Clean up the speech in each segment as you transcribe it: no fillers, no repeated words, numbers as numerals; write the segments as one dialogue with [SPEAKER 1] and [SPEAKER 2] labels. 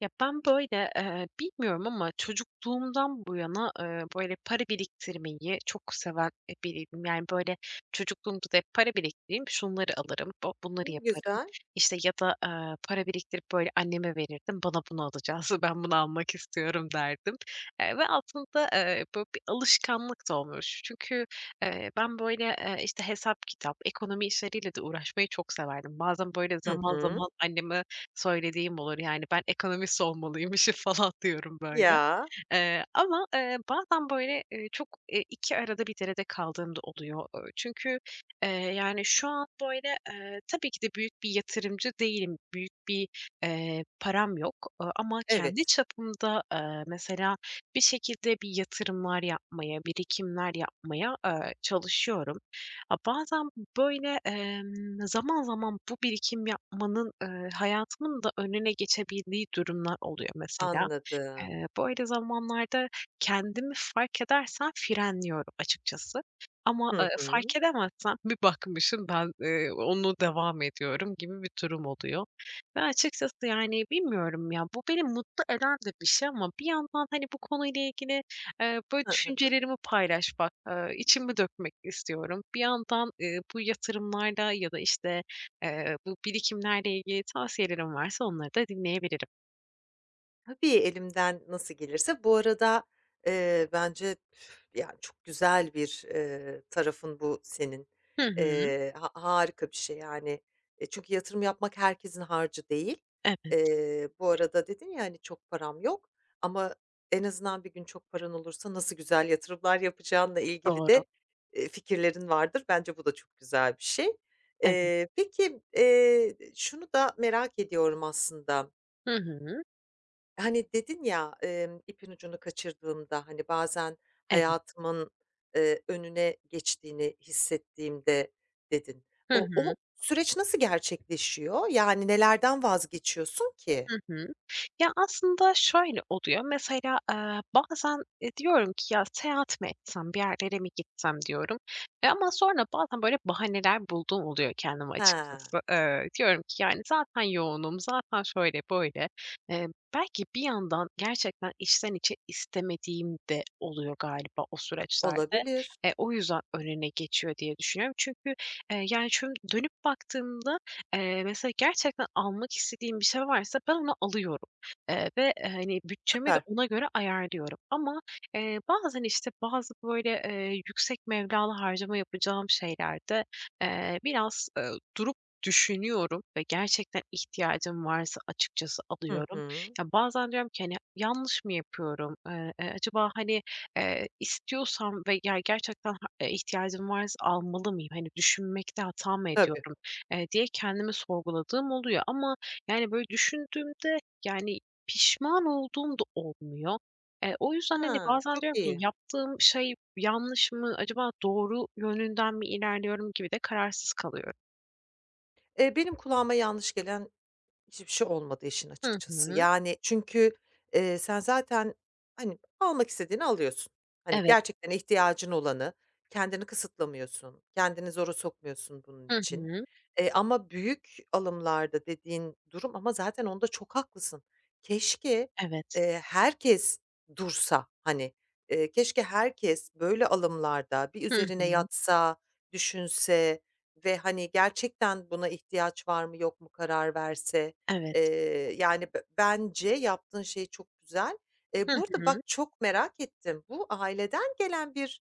[SPEAKER 1] Ya, ben, böyle, bilmiyorum ama çocukluğumdan bu yana, böyle, para biriktirmeyi çok seven, biriydim. Yani, böyle, çocukluğumda da hep para biriktireyim, şunları alırım, bunları
[SPEAKER 2] Ne
[SPEAKER 1] yaparım.
[SPEAKER 2] güzel.
[SPEAKER 1] İşte ya da, para biriktirip, böyle, anneme verirdim, "Bana bunu alacağız, ben bunu almak istiyorum," derdim. Ve aslında, böyle, bir alışkanlık da olmuş. Çünkü ben, böyle, işte, hesap kitap, ekonomi işleriyle de uğraşmayı çok severdim. Bazen, böyle,
[SPEAKER 2] Hı
[SPEAKER 1] zaman
[SPEAKER 2] hı.
[SPEAKER 1] zaman anneme söylediğim olur. Yani, ben ekonomist olmalıymışım falan diyorum böyle.
[SPEAKER 2] Ya,
[SPEAKER 1] Ama, bazen, böyle, çok, iki arada bir derede kaldığım da oluyor. Çünkü, yani, şu an, böyle, tabii ki de büyük bir yatırımcı değilim. Büyük bir, param yok, ama kendi
[SPEAKER 2] evet,
[SPEAKER 1] çapımda, mesela bir şekilde bir yatırımlar yapmaya, birikimler yapmaya, çalışıyorum. A, bazen, böyle, zaman zaman bu birikim yapmanın, hayatımın da önüne geçebildiği durumlar oluyor mesela.
[SPEAKER 2] anladım.
[SPEAKER 1] Böyle zamanlarda kendimi fark edersem frenliyorum açıkçası ama,
[SPEAKER 2] Hı hı.
[SPEAKER 1] fark edemezsem bir bakmışım ben, onu devam ediyorum gibi bir durum oluyor ve açıkçası, yani, bilmiyorum ya, bu beni mutlu eden de bir şey ama bir yandan, hani, bu konuyla ilgili, böyle düşüncelerimi paylaşmak, içimi dökmek istiyorum. Bir yandan, bu yatırımlarla ya da, işte, bu birikimlerle ilgili tavsiyelerin varsa onları da dinleyebilirim.
[SPEAKER 2] Tabii, elimden nasıl gelirse. Bu arada, bence üf, yani çok güzel bir, tarafın bu senin.
[SPEAKER 1] Hı hı.
[SPEAKER 2] Ha harika bir şey yani. E, çünkü yatırım yapmak herkesin harcı değil.
[SPEAKER 1] Evet,
[SPEAKER 2] Bu arada dedin ya, hani, "Çok param yok." Ama en azından bir gün çok paran olursa nasıl güzel yatırımlar yapacağınla ilgili
[SPEAKER 1] doğru.
[SPEAKER 2] de, fikirlerin vardır. Bence bu da çok güzel bir şey.
[SPEAKER 1] Evet.
[SPEAKER 2] Peki, şunu da merak ediyorum aslında.
[SPEAKER 1] Hı hı.
[SPEAKER 2] Hani, dedin ya, "İpin ucunu kaçırdığımda, hani, bazen
[SPEAKER 1] Evet.
[SPEAKER 2] hayatımın, önüne geçtiğini hissettiğimde" dedin.
[SPEAKER 1] Hı
[SPEAKER 2] O
[SPEAKER 1] hı.
[SPEAKER 2] o süreç nasıl gerçekleşiyor? Yani, nelerden vazgeçiyorsun ki?
[SPEAKER 1] Hı hı. Ya, aslında şöyle oluyor, mesela, bazen, diyorum ki "Ya, seyahat mi etsem, bir yerlere mi gitsem?" diyorum. E, ama sonra bazen böyle bahaneler bulduğum oluyor kendime
[SPEAKER 2] Ha
[SPEAKER 1] açıkçası. Diyorum ki "Yani, zaten yoğunum, zaten şöyle böyle." Eee, belki bir yandan gerçekten içten içe istemediğim de oluyor galiba o süreçlerde.
[SPEAKER 2] olabilir.
[SPEAKER 1] E, o yüzden önüne geçiyor diye düşünüyorum. Çünkü, yani, şöyle dönüp baktığımda mesela gerçekten almak istediğim bir şey varsa ben onu alıyorum, ve, hani, bütçemi de
[SPEAKER 2] Süper.
[SPEAKER 1] ona göre ayarlıyorum ama, bazen, işte, bazı, böyle, yüksek meblağlı harcama yapacağım şeylerde, biraz, durup düşünüyorum ve gerçekten ihtiyacım varsa açıkçası
[SPEAKER 2] Hı
[SPEAKER 1] alıyorum.
[SPEAKER 2] hı.
[SPEAKER 1] Ya, bazen diyorum ki, hani, yanlış mı yapıyorum? Acaba, hani, istiyorsam ve ya gerçekten ihtiyacım varsa almalı mıyım? Hani, düşünmekte hata mı
[SPEAKER 2] Tabii.
[SPEAKER 1] ediyorum? Diye kendimi sorguladığım oluyor ama, yani, böyle düşündüğümde, yani, pişman olduğum da olmuyor. O yüzden, hani,
[SPEAKER 2] Ha,
[SPEAKER 1] bazen
[SPEAKER 2] çok
[SPEAKER 1] diyorum ki
[SPEAKER 2] iyi.
[SPEAKER 1] yaptığım şey yanlış mı, acaba doğru yönünden mi ilerliyorum gibi de kararsız kalıyorum.
[SPEAKER 2] Benim kulağıma yanlış gelen hiçbir şey olmadı işin
[SPEAKER 1] Hı
[SPEAKER 2] açıkçası.
[SPEAKER 1] hı.
[SPEAKER 2] Yani, çünkü, sen zaten, hani, almak istediğini alıyorsun. Hani,
[SPEAKER 1] Evet.
[SPEAKER 2] gerçekten ihtiyacın olanı, kendini kısıtlamıyorsun, kendini zora sokmuyorsun bunun
[SPEAKER 1] Hı
[SPEAKER 2] için.
[SPEAKER 1] hı.
[SPEAKER 2] Ama büyük alımlarda dediğin durum ama zaten onda çok haklısın. Keşke,
[SPEAKER 1] Evet.
[SPEAKER 2] herkes dursa, hani, keşke herkes böyle alımlarda bir
[SPEAKER 1] Hı
[SPEAKER 2] üzerine
[SPEAKER 1] hı.
[SPEAKER 2] yatsa, düşünse ve, hani, gerçekten buna ihtiyaç var mı yok mu karar verse.
[SPEAKER 1] Evet.
[SPEAKER 2] Yani, bence yaptığın şey çok güzel.
[SPEAKER 1] Hı
[SPEAKER 2] Bu
[SPEAKER 1] hı.
[SPEAKER 2] bak çok merak ettim. Bu aileden gelen bir,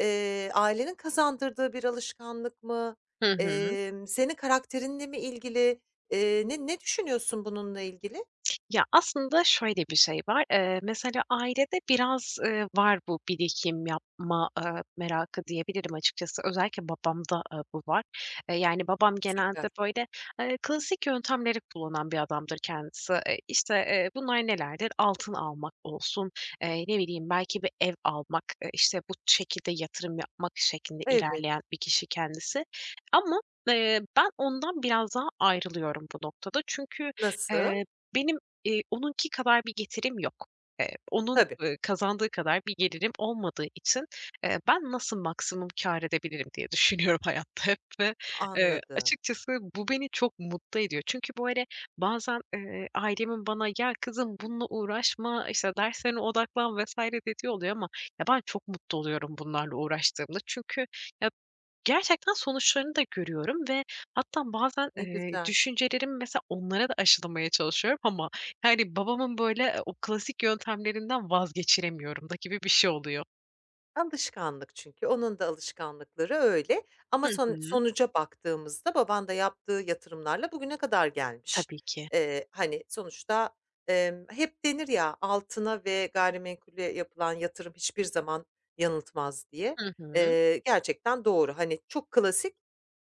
[SPEAKER 2] ailenin kazandırdığı bir alışkanlık mı?
[SPEAKER 1] Hı hı.
[SPEAKER 2] Senin karakterinle mi ilgili? Ne düşünüyorsun bununla ilgili?
[SPEAKER 1] Ya, aslında şöyle bir şey var. Mesela ailede biraz, var bu birikim yapma, merakı diyebilirim açıkçası. Özellikle babamda, bu var. Yani, babam
[SPEAKER 2] Süper.
[SPEAKER 1] genelde, böyle, klasik yöntemleri kullanan bir adamdır kendisi. İşte, bunlar nelerdir? Altın almak olsun, ne bileyim, belki bir ev almak, işte, bu şekilde yatırım yapmak şeklinde
[SPEAKER 2] Evet.
[SPEAKER 1] ilerleyen bir kişi kendisi. Ama, ben ondan biraz daha ayrılıyorum bu noktada. Çünkü,
[SPEAKER 2] Nasıl?
[SPEAKER 1] eee, benim onunki kadar bir getirim yok. Onun,
[SPEAKER 2] Tabii,
[SPEAKER 1] kazandığı kadar bir gelirim olmadığı için, ben nasıl maksimum kâr edebilirim diye düşünüyorum hayatta hep ve,
[SPEAKER 2] anladım.
[SPEAKER 1] açıkçası bu beni çok mutlu ediyor. Çünkü böyle bazen, ailemin bana "Ya kızım bununla uğraşma, işte, derslerine odaklan." vs. dediği oluyor ama ya ben çok mutlu oluyorum bunlarla uğraştığımda. Çünkü ya gerçekten sonuçlarını da görüyorum ve hatta bazen,
[SPEAKER 2] Ne güzel.
[SPEAKER 1] düşüncelerimi mesela onlara da aşılamaya çalışıyorum ama, yani, babamın, böyle, o klasik yöntemlerinden vazgeçiremiyorum da gibi bir şey oluyor.
[SPEAKER 2] Alışkanlık çünkü. Onun da alışkanlıkları öyle ama
[SPEAKER 1] Hı hı.
[SPEAKER 2] sonuca baktığımızda baban da yaptığı yatırımlarla bugüne kadar gelmiş.
[SPEAKER 1] Tabii ki.
[SPEAKER 2] Hani, sonuçta, hep denir ya, altına ve gayrimenkule yapılan yatırım hiçbir zaman yanıltmaz diye.
[SPEAKER 1] Hı hı.
[SPEAKER 2] Gerçekten doğru. Hani, çok klasik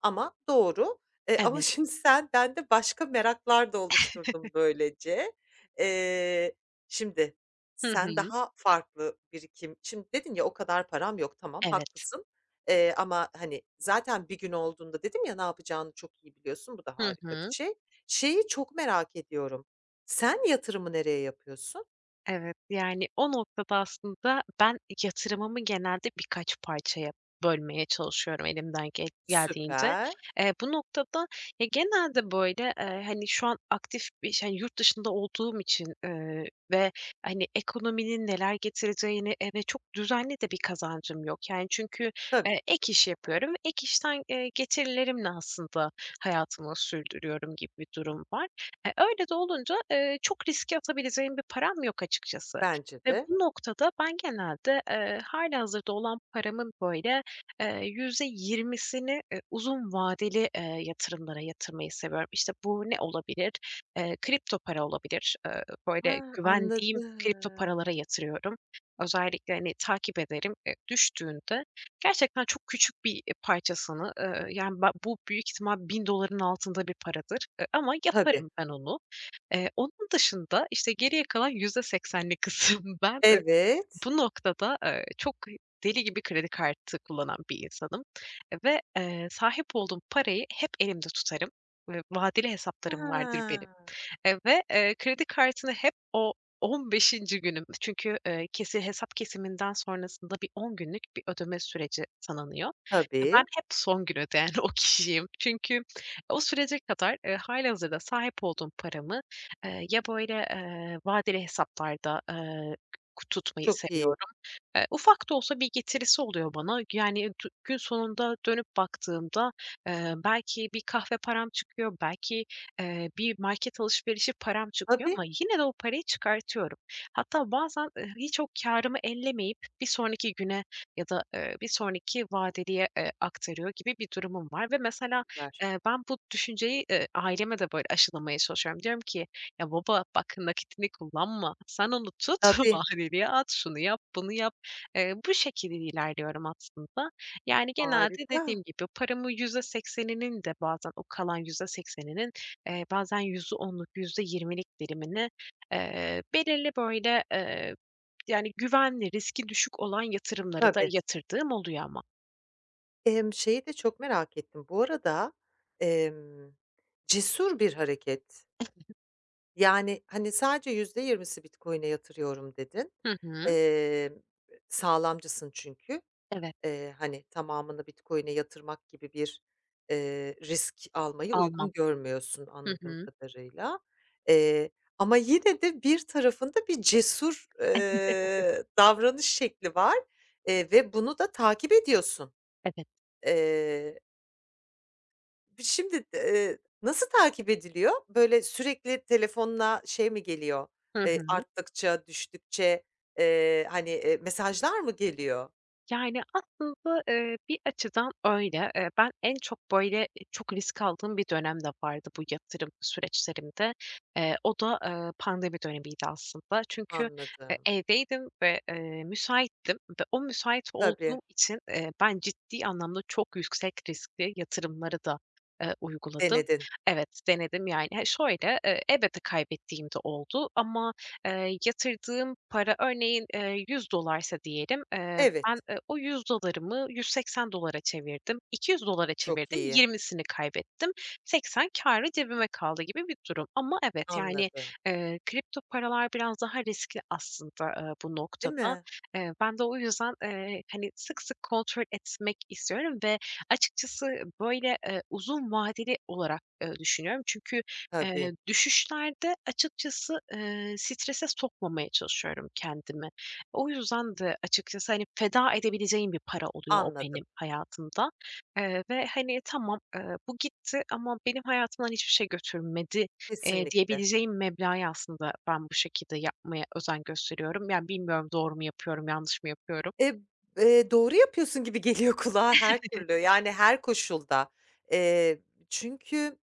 [SPEAKER 2] ama doğru. Ama
[SPEAKER 1] Evet.
[SPEAKER 2] şimdi sen bende başka meraklar da oluşturdun böylece. Eee, şimdi
[SPEAKER 1] Hı
[SPEAKER 2] sen
[SPEAKER 1] hı.
[SPEAKER 2] daha farklı birikim şimdi dedin ya, "O kadar param yok." Tamam,
[SPEAKER 1] Evet.
[SPEAKER 2] haklısın. Ama, hani, zaten bir gün olduğunda dedim ya, ne yapacağını çok iyi biliyorsun. Bu da
[SPEAKER 1] Hı
[SPEAKER 2] harika bir
[SPEAKER 1] hı.
[SPEAKER 2] şey. Şeyi çok merak ediyorum. Sen yatırımı nereye yapıyorsun?
[SPEAKER 1] Evet, yani o noktada aslında ben yatırımımı genelde birkaç parçaya bölmeye çalışıyorum elimden geldiğince.
[SPEAKER 2] Süper.
[SPEAKER 1] Bu noktada ya, genelde, böyle, hani, şu an aktif bir ş hani, yurt dışında olduğum için, ve, hani, ekonominin neler getireceğini ve çok düzenli de bir kazancım yok. Yani, çünkü,
[SPEAKER 2] Tabii,
[SPEAKER 1] ek iş yapıyorum ve ek işten, getirilerimle aslında hayatımı sürdürüyorum gibi bir durum var. E, öyle de olunca, çok riske atabileceğim bir param yok açıkçası
[SPEAKER 2] bence
[SPEAKER 1] ve
[SPEAKER 2] de.
[SPEAKER 1] bu noktada ben genelde, hâlihazırda olan paramın böyle, %20'sini uzun vadeli, yatırımlara yatırmayı seviyorum. İşte, bu ne olabilir? Kripto para olabilir. Böyle
[SPEAKER 2] Ha,
[SPEAKER 1] güvendiğim kripto paralara
[SPEAKER 2] anladım.
[SPEAKER 1] yatırıyorum. Özellikle, hani, takip ederim. Düştüğünde gerçekten çok küçük bir, parçasını, yani, ben bu büyük ihtimal 1.000 doların altında bir paradır, ama
[SPEAKER 2] Tabii.
[SPEAKER 1] yaparım ben onu. Onun dışında, işte, geriye kalan %80'lik kısım ben,
[SPEAKER 2] Evet.
[SPEAKER 1] bu noktada, çok deli gibi kredi kartı kullanan bir insanım ve, sahip olduğum parayı hep elimde tutarım ve vadeli hesaplarım vardır benim.
[SPEAKER 2] Ha,
[SPEAKER 1] Ve, kredi kartını hep o 15. günüm çünkü, kesi hesap kesiminden sonrasında bir 10 günlük bir ödeme süreci tanınıyor ve
[SPEAKER 2] tabii.
[SPEAKER 1] ben hep son gün ödeyen o kişiyim. Çünkü o sürece kadar, hâlihazırda sahip olduğum paramı, ya böyle, vadeli hesaplarda, k tutmayı
[SPEAKER 2] Çok iyi.
[SPEAKER 1] seviyorum. Ufak da olsa bir getirisi oluyor bana. Yani, gün sonunda dönüp baktığımda, belki bir kahve param çıkıyor, belki, bir market alışverişi param çıkıyor
[SPEAKER 2] Tabii.
[SPEAKER 1] ama yine de o parayı çıkartıyorum. Hatta bazen, hiç o kârımı ellemeyip bir sonraki güne ya da, bir sonraki vadeliye, aktarıyor gibi bir durumum var ve mesela,
[SPEAKER 2] Süper.
[SPEAKER 1] ben bu düşünceyi, aileme de böyle aşılamaya çalışıyorum. Diyorum ki, "Ya baba, bak nakitini kullanma. Sen onu tut,
[SPEAKER 2] Tabii.
[SPEAKER 1] vadeliye at, şunu yap, bunu yap." Bu şekilde ilerliyorum aslında. Yani, genelde
[SPEAKER 2] Harika.
[SPEAKER 1] dediğim gibi paramın %80'inin de bazen o kalan %80'inin, bazen yüzde %20'lik dilimini, belirli, böyle, yani, güvenli, riski düşük olan yatırımlara da
[SPEAKER 2] Tabii.
[SPEAKER 1] yatırdığım oluyor ama.
[SPEAKER 2] Şeyi de çok merak ettim. Bu arada, emm, cesur bir hareket. Yani, hani, sadece %20'si Bitcoin'e yatırıyorum dedin.
[SPEAKER 1] Hı hı.
[SPEAKER 2] Emm, sağlamcısın çünkü.
[SPEAKER 1] Evet,
[SPEAKER 2] Hani, tamamını Bitcoin'e yatırmak gibi bir, risk almayı
[SPEAKER 1] almam.
[SPEAKER 2] uygun görmüyorsun
[SPEAKER 1] Hı
[SPEAKER 2] anladığım
[SPEAKER 1] hı.
[SPEAKER 2] kadarıyla. Eee, ama yine de bir tarafında bir cesur, davranış şekli var, ve bunu da takip ediyorsun.
[SPEAKER 1] Evet.
[SPEAKER 2] Eee Şimdi, nasıl takip ediliyor? Böyle sürekli telefonuna şey mi geliyor?
[SPEAKER 1] Hı hı.
[SPEAKER 2] Arttıkça, düştükçe, mesajlar mı geliyor?
[SPEAKER 1] Yani, aslında, bir açıdan öyle. Ben en çok, böyle, çok risk aldığım bir dönem de vardı bu yatırım süreçlerimde. O da, pandemi dönemiydi aslında. Çünkü,
[SPEAKER 2] Anladım.
[SPEAKER 1] evdeydim ve, müsaittim ve o müsait
[SPEAKER 2] Tabii,
[SPEAKER 1] olduğum için, ben ciddi anlamda çok yüksek riskli yatırımları da, uyguladım.
[SPEAKER 2] denedin.
[SPEAKER 1] Evet, denedim yani. He, şöyle, elbette kaybettiğim de oldu ama, yatırdığım para örneğin, $100'sa diyelim,
[SPEAKER 2] Evet,
[SPEAKER 1] ben, o $100'ımı dolara çevirdim, 200 dolara
[SPEAKER 2] çok
[SPEAKER 1] çevirdim,
[SPEAKER 2] iyi.
[SPEAKER 1] 20'sini kaybettim, 80 kârı cebime kaldı gibi bir durum. Ama evet, yani,
[SPEAKER 2] Anladım.
[SPEAKER 1] kripto paralar biraz daha riskli aslında, bu
[SPEAKER 2] Değil
[SPEAKER 1] noktada.
[SPEAKER 2] mi?
[SPEAKER 1] Ben de o yüzden, hani, sık sık kontrol etmek istiyorum ve açıkçası böyle, uzun vadeli olarak, düşünüyorum. Çünkü Eee,
[SPEAKER 2] Tabii,
[SPEAKER 1] düşüşlerde açıkçası, strese sokmamaya çalışıyorum kendimi. O yüzden de açıkçası, hani, feda edebileceğim bir para oluyor o
[SPEAKER 2] anladım.
[SPEAKER 1] benim hayatımda, ve, hani, "Tamam, bu gitti ama benim hayatımdan hiçbir şey götürmedi,"
[SPEAKER 2] Kesinlikle.
[SPEAKER 1] diyebileceğim meblağı aslında ben bu şekilde yapmaya özen gösteriyorum. Yani, bilmiyorum doğru mu yapıyorum, yanlış mı yapıyorum?
[SPEAKER 2] E, doğru yapıyorsun gibi geliyor kulağa her türlü, yani her koşulda. Eee, çünkü,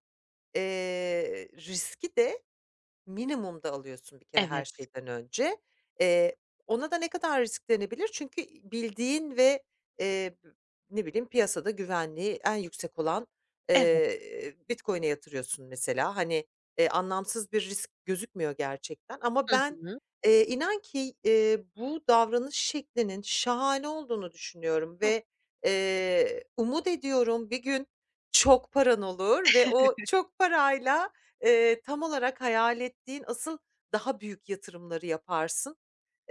[SPEAKER 2] riski de minimumda alıyorsun bir kere her
[SPEAKER 1] Evet,
[SPEAKER 2] şeyden önce. Eee, ona da ne kadar risk denebilir? Çünkü bildiğin ve, eee, ne bileyim, piyasada güvenliği en yüksek olan,
[SPEAKER 1] evet.
[SPEAKER 2] Bitcoin'e yatırıyorsun mesela. Hani, anlamsız bir risk gözükmüyor gerçekten ama
[SPEAKER 1] Hı
[SPEAKER 2] ben,
[SPEAKER 1] hı.
[SPEAKER 2] inan ki, bu davranış şeklinin şahane olduğunu düşünüyorum
[SPEAKER 1] Hıh,
[SPEAKER 2] ve, umut ediyorum bir gün çok paran olur ve o çok parayla tam olarak hayal ettiğin asıl daha büyük yatırımları yaparsın.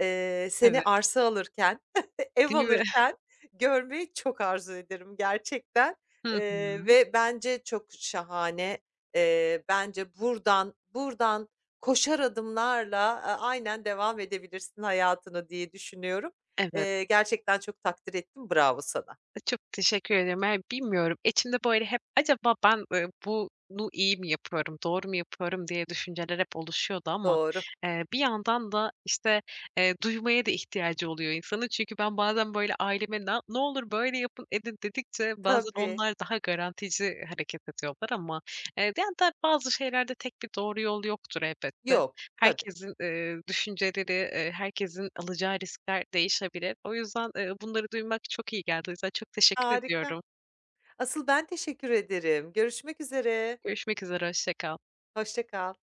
[SPEAKER 2] Seni
[SPEAKER 1] evet.
[SPEAKER 2] arsa alırken, ev
[SPEAKER 1] Değil mi?
[SPEAKER 2] alırken görmeyi çok arzu ederim gerçekten,
[SPEAKER 1] Hı hı.
[SPEAKER 2] ve bence çok şahane. Bence buradan koşar adımlarla, aynen devam edebilirsin hayatını diye düşünüyorum.
[SPEAKER 1] Evet.
[SPEAKER 2] Gerçekten çok takdir ettim. Bravo sana.
[SPEAKER 1] Çok teşekkür ederim. Yani, bilmiyorum, İçimde böyle hep acaba ben, bunu iyi mi yapıyorum, doğru mu yapıyorum diye düşünceler hep oluşuyordu ama,
[SPEAKER 2] Doğru.
[SPEAKER 1] bir yandan da, işte, duymaya da ihtiyacı oluyor insanın. Çünkü ben bazen böyle aileme ne olur böyle yapın, edin, dedikçe bazen
[SPEAKER 2] Tabii.
[SPEAKER 1] onlar daha garantici hareket ediyorlar ama, yani, da bazı şeylerde tek bir doğru yol yoktur elbette.
[SPEAKER 2] Yok, tabii.
[SPEAKER 1] Herkesin, düşünceleri, herkesin alacağı riskler değişebilir. O yüzden, bunları duymak çok iyi geldi. O yüzden çok teşekkür
[SPEAKER 2] Harika.
[SPEAKER 1] ediyorum.
[SPEAKER 2] Asıl ben teşekkür ederim. Görüşmek üzere.
[SPEAKER 1] Görüşmek üzere, hoşça kal.
[SPEAKER 2] Hoşça kal.